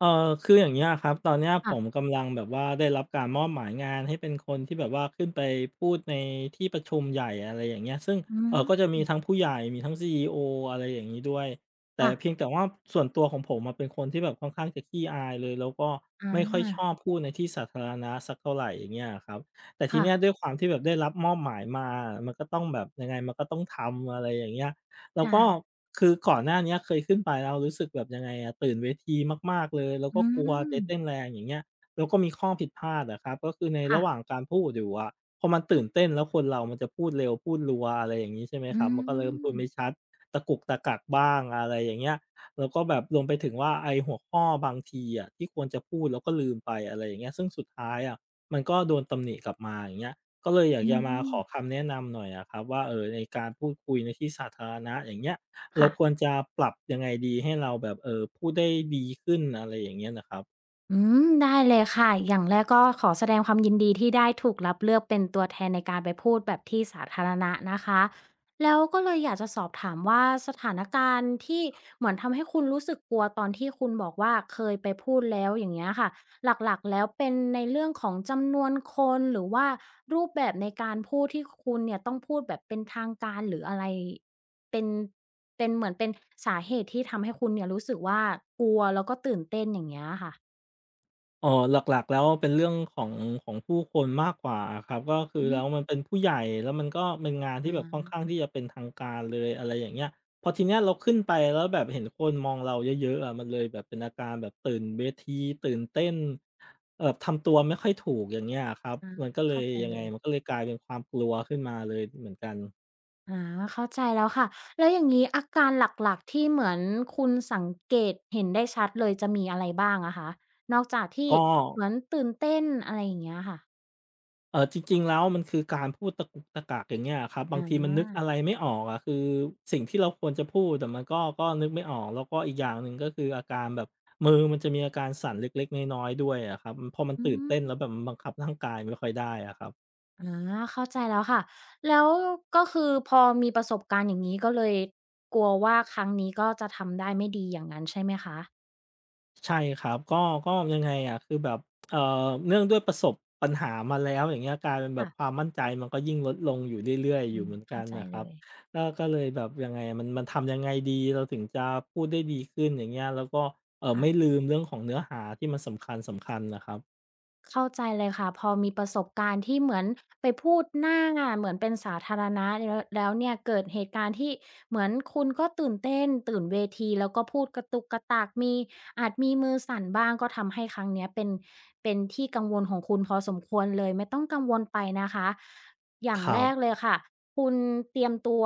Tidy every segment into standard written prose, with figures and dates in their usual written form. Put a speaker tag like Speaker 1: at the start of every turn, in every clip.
Speaker 1: เออคืออย่างเงี้ยครับตอนเนี้ยผม
Speaker 2: ค่ะ
Speaker 1: กำลังแบบว่าได้รับการมอบหมายงานให้เป็นคนที่แบบว่าขึ้นไปพูดในที่ประชุมใหญ่อะไรอย่างเงี้ยซึ่ง
Speaker 2: อื
Speaker 1: ก็จะมี
Speaker 2: ม
Speaker 1: ทั้งผู้ใหญ่มีทั้งซีอีโออะไรอย่างนี้ด้วยแต่เพี
Speaker 2: ค่ะ
Speaker 1: ยงแต่ว่าส่วนตัวของผมมาเป็นคนที่แบบค่อนข้างจะขี้อายเลยแล้วก็
Speaker 2: อา
Speaker 1: ไม่ค่อยชอบพูดในที่สาธารณะสักเท่าไหรอย่างเงี้ยครับแต่ที
Speaker 2: ค่ะ
Speaker 1: เนี้ยด้วยความที่แบบได้รับมอบหมายมามันก็ต้องแบบยังไงมันก็ต้องทำอะไรอย่างเงี้ย แล้วก็
Speaker 2: ค่ะ
Speaker 1: คือก่อนหน้าเนี้ยเคยขึ้นไปแล้วรู้สึกแบบยังไงอะตื่นเวทีมากๆเลยแล้ว
Speaker 2: อื
Speaker 1: ก็กลัวไปเต้
Speaker 2: ม
Speaker 1: นแรงอย่างเงี้ยแล้วก็มีข้อผิดพลาดอะครับก็คือใน
Speaker 2: ค่ะ
Speaker 1: ระหว่างการพูดอยู่อะพอมันตื่นเต้นแล้วคนเรามันจะพูดเร็วพูดรัวอะไรอย่างงี้ใช่ไหมค
Speaker 2: อื
Speaker 1: รับมันก็เริ่มพูดไม่
Speaker 2: ม
Speaker 1: ชัดตะกุกตะกักบ้างอะไรอย่างเงี้ยแล้วก็แบบรวมไปถึงว่าไอ้หัวข้อบางทีอะที่ควรจะพูดแล้วก็ลืมไปอะไรอย่างเงี้ยซึ่งสุดท้ายอะมันก็โดนตำหนิกลับมาอย่างเงี้ย ก็เลยอยาก
Speaker 2: อื
Speaker 1: จะมาข
Speaker 2: ม
Speaker 1: อคำแนะนำหน่อยอะครับว่าในการพูดคุยในที่สาธารณะอย่างเงี้ยเรา
Speaker 2: ค่ะ
Speaker 1: ควรจะปรับยังไงดีให้เราแบบพูดได้ดีขึ้นอะไรอย่างเงี้ยน่ะครับ
Speaker 2: อืได้เลยค่ะ อย่างแรกก็ขอแสดงความยินดีที่ได้ถูกรับเลือกเป็นตัวแทนในการไปพูดแบบที่สาธารณะนะคะแล้วก็เลยอยากจะสอบถามว่าสถานการณ์ที่เหมือนทำให้คุณรู้สึกกลัวตอนที่คุณบอกว่าเคยไปพูดแล้วอย่างเงี้ยค่ะหลักๆแล้วเป็นในเรื่องของจำนวนคนหรือว่ารูปแบบในการพูดที่คุณเนี่ยต้องพูดแบบเป็นทางการหรืออะไรเป็นเป็นเหมือนเป็นสาเหตุที่ทำให้คุณเนี่ยรู้สึกว่ากลัวแล้วก็ตื่นเต้นอย่างเงี้ยค่ะ
Speaker 1: อ๋อหลักๆแล้วเป็นเรื่องของผู้คนมากกว่าอะครับก็คือ
Speaker 2: อื
Speaker 1: แล้
Speaker 2: ม
Speaker 1: วมันเป็นผู้ใหญ่แล้วมันก็เป็นงานที่แบบค่อน
Speaker 2: อา
Speaker 1: ข้างที่จะเป็นทางการเลยอะไรอย่างเงี้ยพอทีเนี้ยเราขึ้นไปแล้วแบบเห็นคนมองเราเยอะๆอะมันเลยแบบเป็นอาการแบบตื่นเวทีตื่นเต้นทำตัวไม่ค่อยถูกอย่างเงี้ยอะครับ
Speaker 2: อ
Speaker 1: มันก็
Speaker 2: า
Speaker 1: เล
Speaker 2: เข้า
Speaker 1: ย
Speaker 2: ใจ
Speaker 1: ยัง
Speaker 2: เล
Speaker 1: ไง
Speaker 2: ย
Speaker 1: มันก็เลยกลายเป็นความกลัวขึ้นมาเลยเหมือนกัน
Speaker 2: อาเข้าใจแล้วค่ะแล้วอย่างงี้อาการหลักๆที่เหมือนคุณสังเกตเห็นได้ชัดเลยจะมีอะไรบ้างอะคะนอกจากที่
Speaker 1: ก็
Speaker 2: เหมือนตื่นเต้นอะไรอย่างเงี้ยค่ะ
Speaker 1: จริงๆแล้วมันคือการพูดตะกุกตะกักอย่างเงี้ยครับบาง
Speaker 2: อา
Speaker 1: ทีมันนึกอะไรไม่ออกอะคือสิ่งที่เราควรจะพูดแต่มันก็นึกไม่ออกแล้วก็อีกอย่างหนึ่งก็คืออาการแบบมือมันจะมีอาการสั่นเล็กๆน้อยๆด้วยอะครับพอมัน
Speaker 2: อื
Speaker 1: ตื่น
Speaker 2: ม
Speaker 1: เต้นแล้วแบบมันบังคับร่างกายไม่ค่อยได้อะครับ
Speaker 2: อาเข้าใจแล้วค่ะแล้วก็คือพอมีประสบการณ์อย่างงี้ก็เลยกลัวว่าครั้งนี้ก็จะทำได้ไม่ดีอย่างงั้นใช่ไหมคะ
Speaker 1: ใช่ครับก็ยังไงอะคือแบบเอ่อเนื่องด้วยประสบปัญหามาแล้วอย่างเงี้ยกลายเป็นแบ
Speaker 2: ค่ะ
Speaker 1: บความมั่นใจมันก็ยิ่งลดลงอยู่เรื่อยๆอ
Speaker 2: อื
Speaker 1: ยู่
Speaker 2: ม
Speaker 1: เหมือนกั
Speaker 2: เข้า
Speaker 1: น
Speaker 2: ใจ
Speaker 1: น่ะค
Speaker 2: เล
Speaker 1: รับ
Speaker 2: ย
Speaker 1: ก็เลยแบบยังไงอะมันทำยังไงดีเราถึงจะพูดได้ดีขึ้นอย่างเงี้ยแล้วก็
Speaker 2: ค่ะ
Speaker 1: ไม่ลืมเรื่องของเนื้อหาที่มันสำคัญๆน่ะครับ
Speaker 2: เข้าใจเลยค่ะพอมีประสบการณ์ที่เหมือนไปพูดหน้างานเหมือนเป็นสาธารณะแล้วแล้วเนี่ยเกิดเหตุการณ์ที่เหมือนคุณก็ตื่นเต้นตื่นเวทีแล้วก็พูดกระตุกกระตากมีอาจมีมือสั่นบ้างก็ทำให้ครั้งเนี้ยเป็นเป็นที่กังวลของคุณพอสมควรเลยไม่ต้องกังวลไปนะคะอย่าง
Speaker 1: ค
Speaker 2: แร
Speaker 1: รั
Speaker 2: กเล
Speaker 1: บ
Speaker 2: ยค่ะคุณเตรียมตัว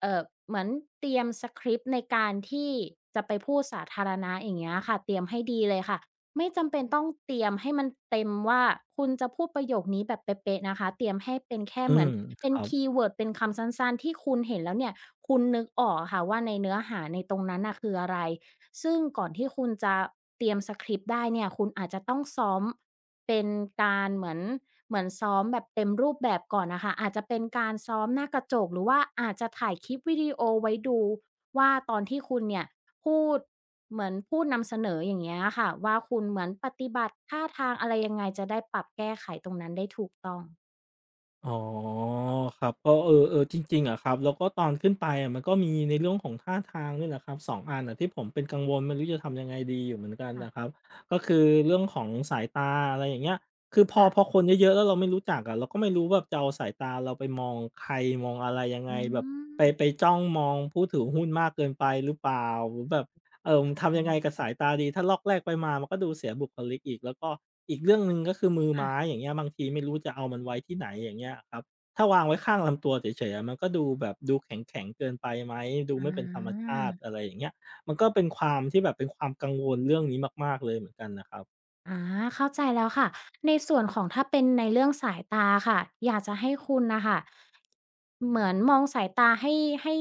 Speaker 2: เอ่อเหมือนเตรียมสกริปต์ในการที่จะไปพูดสาธารณะอย่างเงี้ยค่ะเตรียมให้ดีเลยค่ะ ไม่จำเป็นต้องเตรียมให้มันเต็มว่าคุณจะพูดประโยคนี้แบบเป๊ะๆนะคะเตรียมให้เป็นแค่
Speaker 1: อื
Speaker 2: เหมือ
Speaker 1: ม
Speaker 2: น
Speaker 1: ค
Speaker 2: เป็น
Speaker 1: รับ
Speaker 2: คีย์เวิร์ดเป็นคำสั้นๆที่คุณเห็นแล้วเนี่ยคุณนึกออกอะค่ะว่าในเนื้อหาในตรงนั้นน่ะคืออะไรซึ่งก่อนที่คุณจะเตรียมสคริปต์ได้เนี่ยคุณอาจจะต้องซ้อมเป็นการเหมือนเหมือนซ้อมแบบเต็มรูปแบบก่อนน่ะค่ะอาจจะเป็นการซ้อมหน้ากระจกหรือว่าอาจจะถ่ายคลิปวิดีโอไว้ดูว่าตอนที่คุณเนี่ยพูด เหมือนพูดนำเสนออย่างเงี้ยค่ะว่าคุณเหมือนปฏิบัติท่าทางอะไรยังไงจะได้ปรับแก้ไขตรงนั้นได้ถูกต้อง
Speaker 1: อ๋อครับก็จริงๆอะครับแล้วก็ตอนขึ้นไปอะมันก็มีในเรื่องของท่าทางนี่แหละครับสองอันอ่ะที่ผมเป็นกังวลไม่รู้จะทำยังไงดีอยู่เหมือนกัน
Speaker 2: ค่ะ
Speaker 1: นะครับก็คือเรื่องของสายตาอะไรอย่างเงี้ยคือพอ
Speaker 2: ค่ะ
Speaker 1: พอคนเยอะๆแล้วเราไม่รู้จักอะเราก็ไม่รู้แบบจะเอาสายตาเราไปมองใครมองอะไรยังไง
Speaker 2: อื
Speaker 1: แบบ
Speaker 2: ม
Speaker 1: ไปจ้องมองผู้ถือหุ้นมากเกินไปหรือเปล่าหรือแบบ
Speaker 2: เข้าใจ
Speaker 1: ทำยังไง
Speaker 2: แล้ว
Speaker 1: กับสายตาดีถ้าลอกแลกไปมามันก็ดูเสียบุคลิกอีกแล้วก็อีกเรื่องหนึ่งก็คือมือไม้
Speaker 2: ค่ะ
Speaker 1: อย่างเงี้ยบางทีไม่รู้จะเอามันไว้ที่ไหนอย่างเงี้ยครับถ้าวางไว้ข้างลำตัวเฉยๆอะมันก็ดูแบบดูแข็งๆเกินไปไหมดู
Speaker 2: อา
Speaker 1: ไม่เป็นธรรมชาติอะไรอย่างเงี้ยมันก็เป็นความที่แบบเป็นความกังวลเรื่องนี้มากๆเลยเหมือนกันนะครับ
Speaker 2: อาเข้าใจแล้วค่ะในส่วนของถ้าเป็นในเรื่องสายตาค่ะอยากจะให้คุณน่ะค่ะเหมือนมองสายตาให้ให้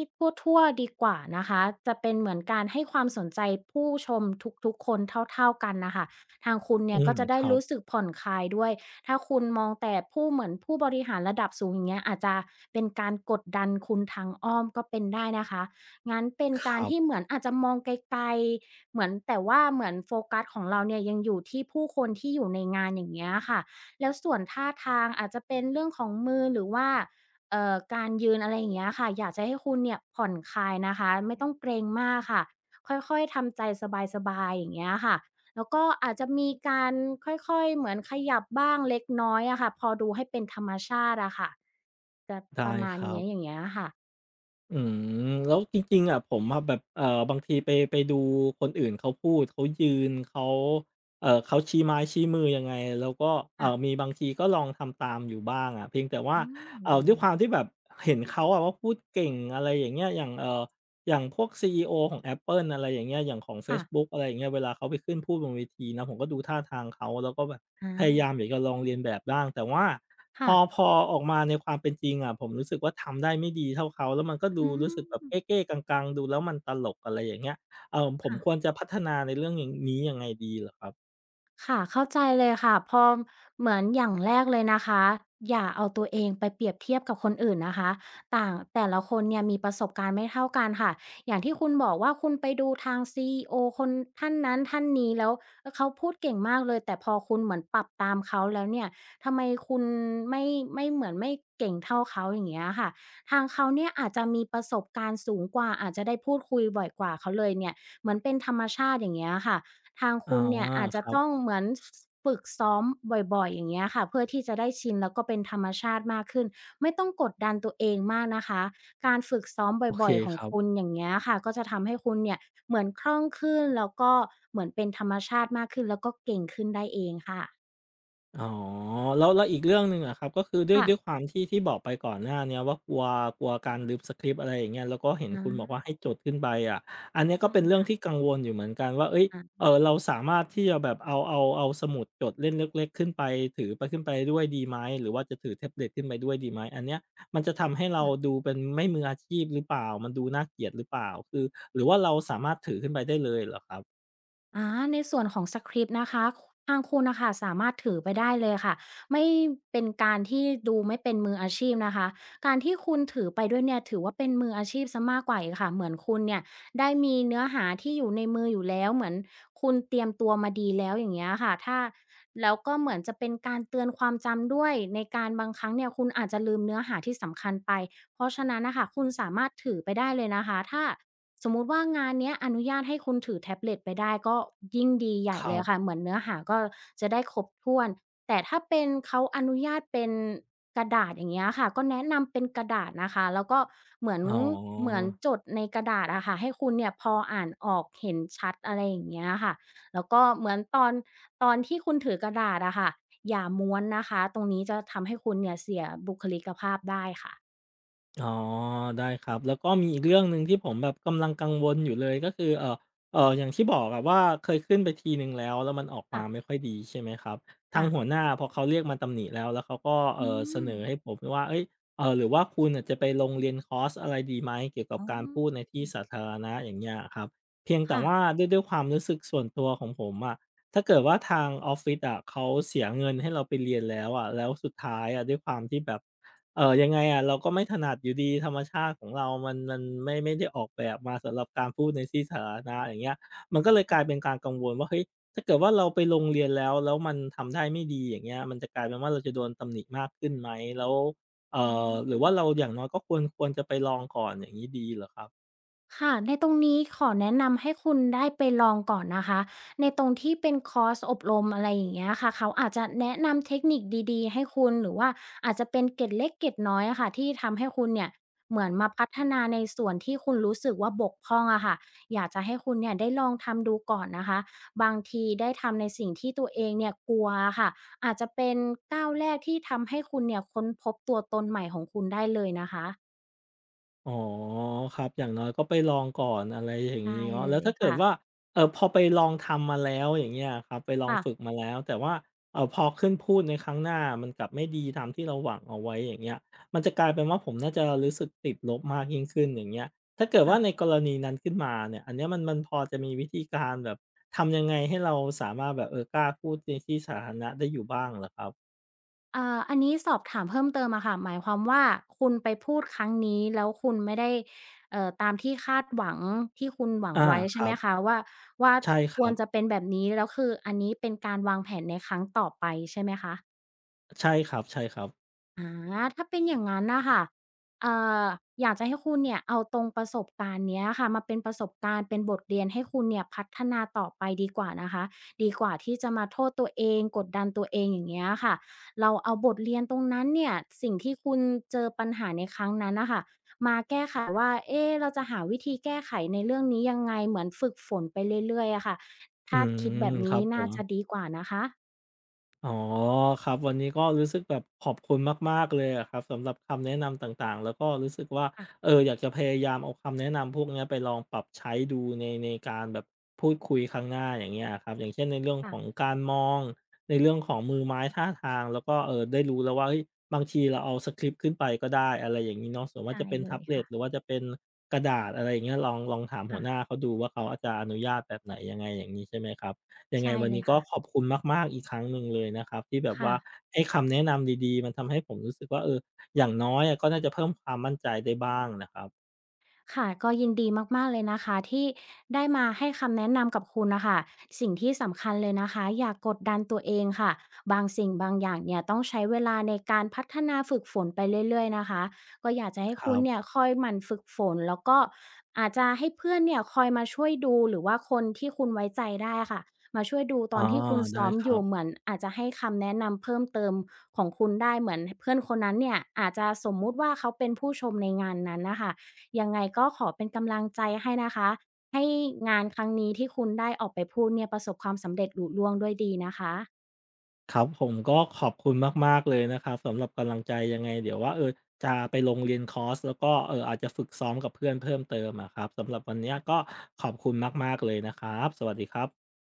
Speaker 2: ทั่วๆดีกว่านะคะจะเป็นเหมือนการให้ความสนใจผู้ชมทุกๆคนเท่าๆกันน่ะค่ะทางคุณ
Speaker 1: อื
Speaker 2: เนี่ยก็
Speaker 1: ม
Speaker 2: จะได้
Speaker 1: ครับ
Speaker 2: รู้สึกผ่อนคลายด้วยถ้าคุณมองแต่ผู้เหมือนผู้บริหารระดับสูงอย่างเงี้ยอาจจะเป็นการกดดันคุณทางอ้อมก็เป็นได้นะคะงั้นเป็น
Speaker 1: ค
Speaker 2: การ
Speaker 1: รั
Speaker 2: ที่เห
Speaker 1: บ
Speaker 2: มือนอาจจะมองไกลๆ เหมือนแต่ว่าเหมือนโฟกัสของเราเนี่ยยังอยู่ที่ผู้คนที่อยู่ในงานอย่างเงี้ยค่ะแล้วส่วนท่าทางอาจจะเป็นเรื่องของมือหรือว่าการยืนอะไรอย่างเงี้ยค่ะอยากจะให้คุณเนี่ยผ่อนคลายนะคะไม่ต้องเกรงมากค่ะค่อยๆทำใจสบายๆอย่างเงี้ยค่ะแล้วก็อาจจะมีการค่อยๆเหมือนขยับบ้างเล็กน้อยอะค่ะพอดูให้เป็นธรรมชาติอะค่ะ
Speaker 1: ได้ครั
Speaker 2: อย่าง
Speaker 1: บ
Speaker 2: เงี้ยค่ะ
Speaker 1: อืมแล้วจริงๆอะผมอะแบบบางทีไปดูคนอื่นเขาพูดเขายืนเขาเขาชี้ไม้ชี้มือยังไงแล้วก็
Speaker 2: ค่ะ
Speaker 1: มีบางทีก็ลองทำตามอยู่บ้างอะเพียงแต่ว่า
Speaker 2: อืมดี
Speaker 1: ด้ว
Speaker 2: เล
Speaker 1: ยค
Speaker 2: ย
Speaker 1: วามที่แบบเห็นเขาอะว่าพูดเก่งอะไรอย่างเงี้ยอย่างอย่างพวกซีอีโอของ Apple อะไรอย่างเงี้ยอย่างของเฟ
Speaker 2: ค่ะ
Speaker 1: ซบุ๊กอะไรอย่างเงี้ยเวลาเขาไปขึ้นพูดบนเวทีนะผมก็ดูท่าทางเขาแล้วก็แบบ
Speaker 2: อา
Speaker 1: พยายามอยากจะลองเรียนแบบบ้างแต่ว่าพ
Speaker 2: ค่ะ
Speaker 1: อพอออกมาในความเป็นจริงอะผมรู้สึกว่าทำได้ไม่ดีเท่าเขาแล้วมันก็ดู
Speaker 2: อื
Speaker 1: รู้สึกแบบ
Speaker 2: ม
Speaker 1: เก้ๆกังๆดูแล้วมันตลกอะไรอย่างเงี้ยผม
Speaker 2: ค่ะ
Speaker 1: ควรจะพัฒนาในเรื่องอย่างนี้ยังไงดีเหรอครับ
Speaker 2: ค่ะเข้าใจเลยค่ะพอเหมือนอย่างแรกเลยนะคะอย่าเอาตัวเองไปเปรียบเทียบกับคนอื่นนะคะต่างแต่ละคนเนี่ยมีประสบการณ์ไม่เท่ากันค่ะอย่างที่คุณบอกว่าคุณไปดูทางซีอีโอคนท่านนั้นท่านนี้แล้วเขาพูดเก่งมากเลยแต่พอคุณเหมือนปรับตามเขาแล้วเนี่ยทำไมคุณไม่ไม่เหมือนไม่เก่งเท่าเขาอย่างเงี้ยค่ะทางเขาเนี่ยอาจจะมีประสบการณ์สูงกว่าอาจจะได้พูดคุยบ่อยกว่าเขาเลยเนี่ยเหมือนเป็นธรรมชาติอย่างเงี้ยค่ะ ทาง
Speaker 1: อ๋อ
Speaker 2: คุณเนี่ยอาจ
Speaker 1: ค
Speaker 2: จะ
Speaker 1: รั
Speaker 2: ต้อง
Speaker 1: บ
Speaker 2: เหมือนฟฝึกซ้อมบ่อยๆอย่างเงี้ยค่ะเพื่อที่จะได้ชินแล้วก็เป็นธรรมชาติมากขึ้นไม่ต้องกดดันตัวเองมากนะคะการฝึกซ้อม
Speaker 1: โอเค
Speaker 2: บ่อยๆขอ
Speaker 1: ค
Speaker 2: ง
Speaker 1: รั
Speaker 2: คุณ
Speaker 1: บ
Speaker 2: อย่างเงี้ยค่ะก็จะทำให้คุณเนี่ยเหมือนคล่องขึ้นแล้วก็เหมือนเป็นธรรมชาติมากขึ้นแล้วก็เก่งขึ้นได้เองค่ะ
Speaker 1: อ๋อแล้วอีกเรื่องหนึ่งอะครับก็คือด้วย
Speaker 2: ค่ะ
Speaker 1: ด้วยความที่บอกไปก่อนหน้าเนี้ยว่ากลัวกลัวการลืมสคริปต์อะไรอย่างเงี้ยแล้วก็เห็นคุณบอ
Speaker 2: อา
Speaker 1: กว่าให้จดขึ้นไปอะอันเนี้ยก็
Speaker 2: ใช่
Speaker 1: เป็นเรื่อง
Speaker 2: ค่ะ
Speaker 1: ที่กังวลอยู่เหมือนกันว่าเฮ้ย
Speaker 2: อา
Speaker 1: เราสามารถที่จะแบบเอาสมุดจดเล่มเล็กๆขึ้นไปถือไปขึ้นไปด้วยดีไหมหรือว่าจะถือแท็บเล็ตขึ้นไปด้วยดีไหมอันเนี้ยมันจะทำให้เราดูเป็นไม่มืออาชีพหรือเปล่ามันดูน่าเกลียดหรือเปล่าคือหรือว่าเราสามารถถือขึ้นไปได้เลยเหรอครับ
Speaker 2: อาในส่วนของสคริปต์นะคะทางคุณนะค่ะสามารถถือไปได้เลยค่ะ ไม่เป็นการที่ดูไม่เป็นมืออาชีพนะคะ การที่คุณถือไปด้วยเนี่ยถือว่าเป็นมืออาชีพซสมากกว่าอีกค่ะ เหมือนคุณเนี่ยได้มีเนื้อหาที่อยู่ในมืออยู่แล้วเหมือนคุณเตรียมตัวมาดีแล้วอย่างเงี้ยค่ะถ้าแล้วก็เหมือนจะเป็นการเตือนความจำด้วยในการบางครั้งเนี่ยคุณอาจจะลืมเนื้อหาที่สำคัญไปเพราะฉะนั้นนะคะคุณสามารถถือไปได้เลยนะคะถ้า สมมุติว่างานเนี้ยอนุญาตให้คุณถือแท็บเล็ตไปได้ก็ยิ่งดีใหญ่
Speaker 1: ค
Speaker 2: เล
Speaker 1: รั
Speaker 2: ยค่ะ
Speaker 1: บ
Speaker 2: เหมือนเนื้อหาก็จะได้ครบถ้วนแต่ถ้าเป็นเขาอนุญาตเป็นกระดาษอย่างเงี้ยค่ะก็แนะนำเป็นกระดาษนะคะแล้วก็เหมือน
Speaker 1: อ๋อ
Speaker 2: จดในกระดาษอะค่ะให้คุณเนี่ยพออ่านออกเห็นชัดอะไรอย่างเงี้ยค่ะแล้วก็เหมือนตอนที่คุณถือกระดาษอะค่ะอย่าม้วนนะคะตรงนี้จะทำให้คุณเนี่ยเสียบุคลิกภาพได้ค่ะ
Speaker 1: อ๋อได้ครับแล้วก็มีอีกเรื่องหนึ่งที่ผมแบบกำลังกังวลอยู่เลยก็คืออย่างที่บอกอะว่าเคยขึ้นไปทีหนึ่งแล้วแล้วมันออกมา
Speaker 2: ค่ะ
Speaker 1: ไม่ค่อยดีใช่ไหมครับทา
Speaker 2: ค่ะ
Speaker 1: งหัวหน้าพอเขาเรียกมาตำหนิแล้วแล้วเขาก็
Speaker 2: อื
Speaker 1: เสน
Speaker 2: ม
Speaker 1: อให้ผมว่าเฮ้ยหรือว่าคุณน่ะจะไปลงเรียนคอร์สอะไรดีไหมเกี่ยวกับ
Speaker 2: อ๋
Speaker 1: การพูดใน
Speaker 2: อ
Speaker 1: ที่สาธารณะอย่างเงี้ยอะครับเพียงแต่
Speaker 2: ค่ะ
Speaker 1: ว่าด้วยความรู้สึกส่วนตัวของผมอะถ้าเกิดว่าทางออฟฟิศอะเขาเสียเงินให้เราไปเรียนแล้วอะแล้วสุดท้ายอะด้วยความที่แบบ ยังไงอะเราก็ไม่ถนัดอยู่ดีธรรมชาติของเรามันไม่ได้ออกแบบมาสำหรับการพูดในที่สาธารณะอย่างเงี้ยมันก็เลยกลายเป็นการกังวลว่าเฮ้ยถ้าเกิดว่าเราไปโรงเรียนแล้วแล้วมันทำได้ไม่ดีอย่างเงี้ยมันจะกลายเป็นว่าเราจะโดนตำหนิมากขึ้นไหมแล้วเอ่
Speaker 2: อื
Speaker 1: หรือ
Speaker 2: ม
Speaker 1: ว่าเราอย่างน้อยก็ควรจะไปลองก่อนอย่างงี้ดีเหรอครับ
Speaker 2: ค่ะในตรงนี้ขอแนะนำให้คุณได้ไปลองก่อนนะคะในตรงที่เป็นคอร์สอบรมอะไรอย่างเงี้ยค่ะเขาอาจจะแนะนำเทคนิคดีๆให้คุณหรือว่าอาจจะเป็นเกร็ดเล็กเกร็ดน้อยอะค่ะที่ทำให้คุณเนี่ยเหมือนมาพัฒนาในส่วนที่คุณรู้สึกว่าบกพร่องอะค่ะอยากจะให้คุณเนี่ยได้ลองทำดูก่อนนะคะบางทีได้ทำในสิ่งที่ตัวเองเนี่ยกลัวอค่ะอาจจะเป็นก้าวแรกที่ทำให้คุณเนี่ยค้นพบตัวตนใหม่ของคุณได้เลยนะคะ
Speaker 1: อ๋อครับอย่างน้อยก็ไปลองก่อนอะไรอย่าง
Speaker 2: ได้
Speaker 1: งี้เนาะ
Speaker 2: เล
Speaker 1: แล้ว
Speaker 2: ย
Speaker 1: ถ้าเกิด
Speaker 2: ค่ะ
Speaker 1: ว่าพอไปลองทำมาแล้วอย่างเงี้ยครับไปลอง
Speaker 2: ค่ะ
Speaker 1: ฝึกมาแล้วแต่ว่าพอขึ้นพูดในครั้งหน้ามันกลับไม่ดีตามที่เราหวังเอาไว้อย่างเงี้ยมันจะกลายเป็นว่าผมน่าจะรู้สึกติดลบมากยิ่งขึ้นอย่างเงี้ยถ้าเกิดว่าใน
Speaker 2: ค่ะ
Speaker 1: กรณีนั้นขึ้นมาเนี่ยอันเนี้ยมันพอจะมีวิธีการแบบทำยังไงให้เราสามารถแบบเออกล้าพูดในที่สาธารณะได้อยู่บ้างเหรอครับ
Speaker 2: อันนี้สอบถามเพิ่มเติมอะค่ะหมายความว่าคุณไปพูดครั้งนี้แล้วคุณไม่ได้ตามที่คาดหวังที่คุณหวัง
Speaker 1: อา
Speaker 2: ไว้
Speaker 1: ค
Speaker 2: ใช่ไห
Speaker 1: รั
Speaker 2: มคะ
Speaker 1: บ
Speaker 2: ว่าว่า
Speaker 1: ใช่ค
Speaker 2: ค
Speaker 1: รั
Speaker 2: วรจะ
Speaker 1: บ
Speaker 2: เป็นแบบนี้แล้วคืออันนี้เป็นการวางแผนในครั้งต่อไปใช่ไหมคะ
Speaker 1: ใช่ครับๆ
Speaker 2: อถ้าเป็นอย่างนั้นนะคะเอ่ออยากจะให้คุณเนี่ยเอาตรงประสบการณ์เนี้ยค่ะมาเป็นประสบการณ์เป็นบทเรียนให้คุณเนี่ยพัฒนาต่อไปดีกว่านะคะดีกว่าที่จะมาโทษตัวเองกดดันตัวเองอย่างเงี้ยค่ะเราเอาบทเรียนตรงนั้นเนี่ยสิ่งที่คุณเจอปัญหาในครั้งนั้นนะคะมาแก้ไขว่าเอ๊ะเราจะหาวิธีแก้ไขในเรื่องนี้ยังไงเหมือนฝึกฝนไปเรื่อยๆอะค่ะ
Speaker 1: อื
Speaker 2: ถ้าคิดแบ
Speaker 1: ม
Speaker 2: บ
Speaker 1: ครั
Speaker 2: นี้
Speaker 1: บผ
Speaker 2: น่า
Speaker 1: ม
Speaker 2: จะดีกว่านะคะ
Speaker 1: อ๋อครับวันนี้ก็รู้สึกแบบขอบคุณมากๆเลยอะครับสำหรับคำแนะนำต่างๆแล้วก็รู้สึกว่า
Speaker 2: ค่ะ
Speaker 1: เอออยากจะพยายามเอาคำแนะนำพวกเนี้ยไปลองปรับใช้ดูในการแบบพูดคุยครั้งหน้าอย่างเงี้ยครับอย่างเช่นในเรื่องของ
Speaker 2: ค่ะ
Speaker 1: การมองในเรื่องของมือไม้ท่าทางแล้วก็เออได้รู้แล้วว่าเฮ้ยบางทีเราเอาสคริปต์ขึ้นไปก็ได้อะไรอย่างนี้เนาะส่วนว่า
Speaker 2: ใช่
Speaker 1: จะเป็น
Speaker 2: เล
Speaker 1: แท็
Speaker 2: ย
Speaker 1: บเล็ต
Speaker 2: ค่ะ
Speaker 1: หรือว่าจะเป็นกระดาษอะไรอย่างเงี้ยลองถามหัวหน้า
Speaker 2: ค่ะ
Speaker 1: เขาดูว่าเขาอาจจะอนุญาตแบบไหนยังไงอย่างนี้ใช่ไหมครับ ยังไง
Speaker 2: ใช่
Speaker 1: วัน
Speaker 2: เล
Speaker 1: นี้
Speaker 2: ย
Speaker 1: ก็
Speaker 2: ค่ะ
Speaker 1: ขอบคุณมากๆอีกครั้งหนึ่งเลยนะครับที่แบบ
Speaker 2: ค่ะ
Speaker 1: ว่าให้คำแนะนำดีๆมันทำให้ผมรู้สึกว่าเอออย่างน้อยอะก็น่าจะเพิ่มความมั่นใจได้บ้างนะครับ
Speaker 2: ค่ะก็ยินดีมากๆเลยนะคะที่ได้มาให้คำแนะนำกับคุณน่ะค่ะสิ่งที่สำคัญเลยนะคะอย่ากดดันตัวเองค่ะบางสิ่งบางอย่างเนี่ยต้องใช้เวลาในการพัฒนาฝึกฝนไปเรื่อยๆนะคะก็อยากจะให้
Speaker 1: ค
Speaker 2: คุ
Speaker 1: รั
Speaker 2: ณเนี่ย
Speaker 1: บ
Speaker 2: คอยหมั่นฝึกฝนแล้วก็อาจจะให้เพื่อนเนี่ยคอยมาช่วยดูหรือว่าคนที่คุณไว้ใจได้อะค่ะมาช่วยดูต
Speaker 1: อ๋
Speaker 2: อ
Speaker 1: อ
Speaker 2: นที่คุณ
Speaker 1: ได้
Speaker 2: ซ้อม
Speaker 1: ค
Speaker 2: อ
Speaker 1: รั
Speaker 2: ยู่เหมื
Speaker 1: บ
Speaker 2: อนอาจจะให้คำแนะนำเพิ่มเติมของคุณได้เหมือนเพื่อนคนนั้นเนี่ยอาจจะสมมุติว่าเขาเป็นผู้ชมในงานนั้นน่ะค่ะ ยังไงก็ขอเป็นกำลังใจให้นะคะให้งานครั้งนี้ที่คุณได้ออกไปพูดเนี่ยประสบความสำเร็จลุล่วงด้วยดีนะคะ
Speaker 1: ครับผมก็ขอบคุณมากๆเลยนะครับสำหรับกำลังใจยังไงเดี๋ยวว่าเออจะไปลงเรียนคอร์สแล้วก็อาจจะฝึกซ้อมกับเพื่อนเพิ่มเติมอะครับสำหรับวันเนี้ยก็ขอบคุณมากๆเลยนะครับสวัสดีครับ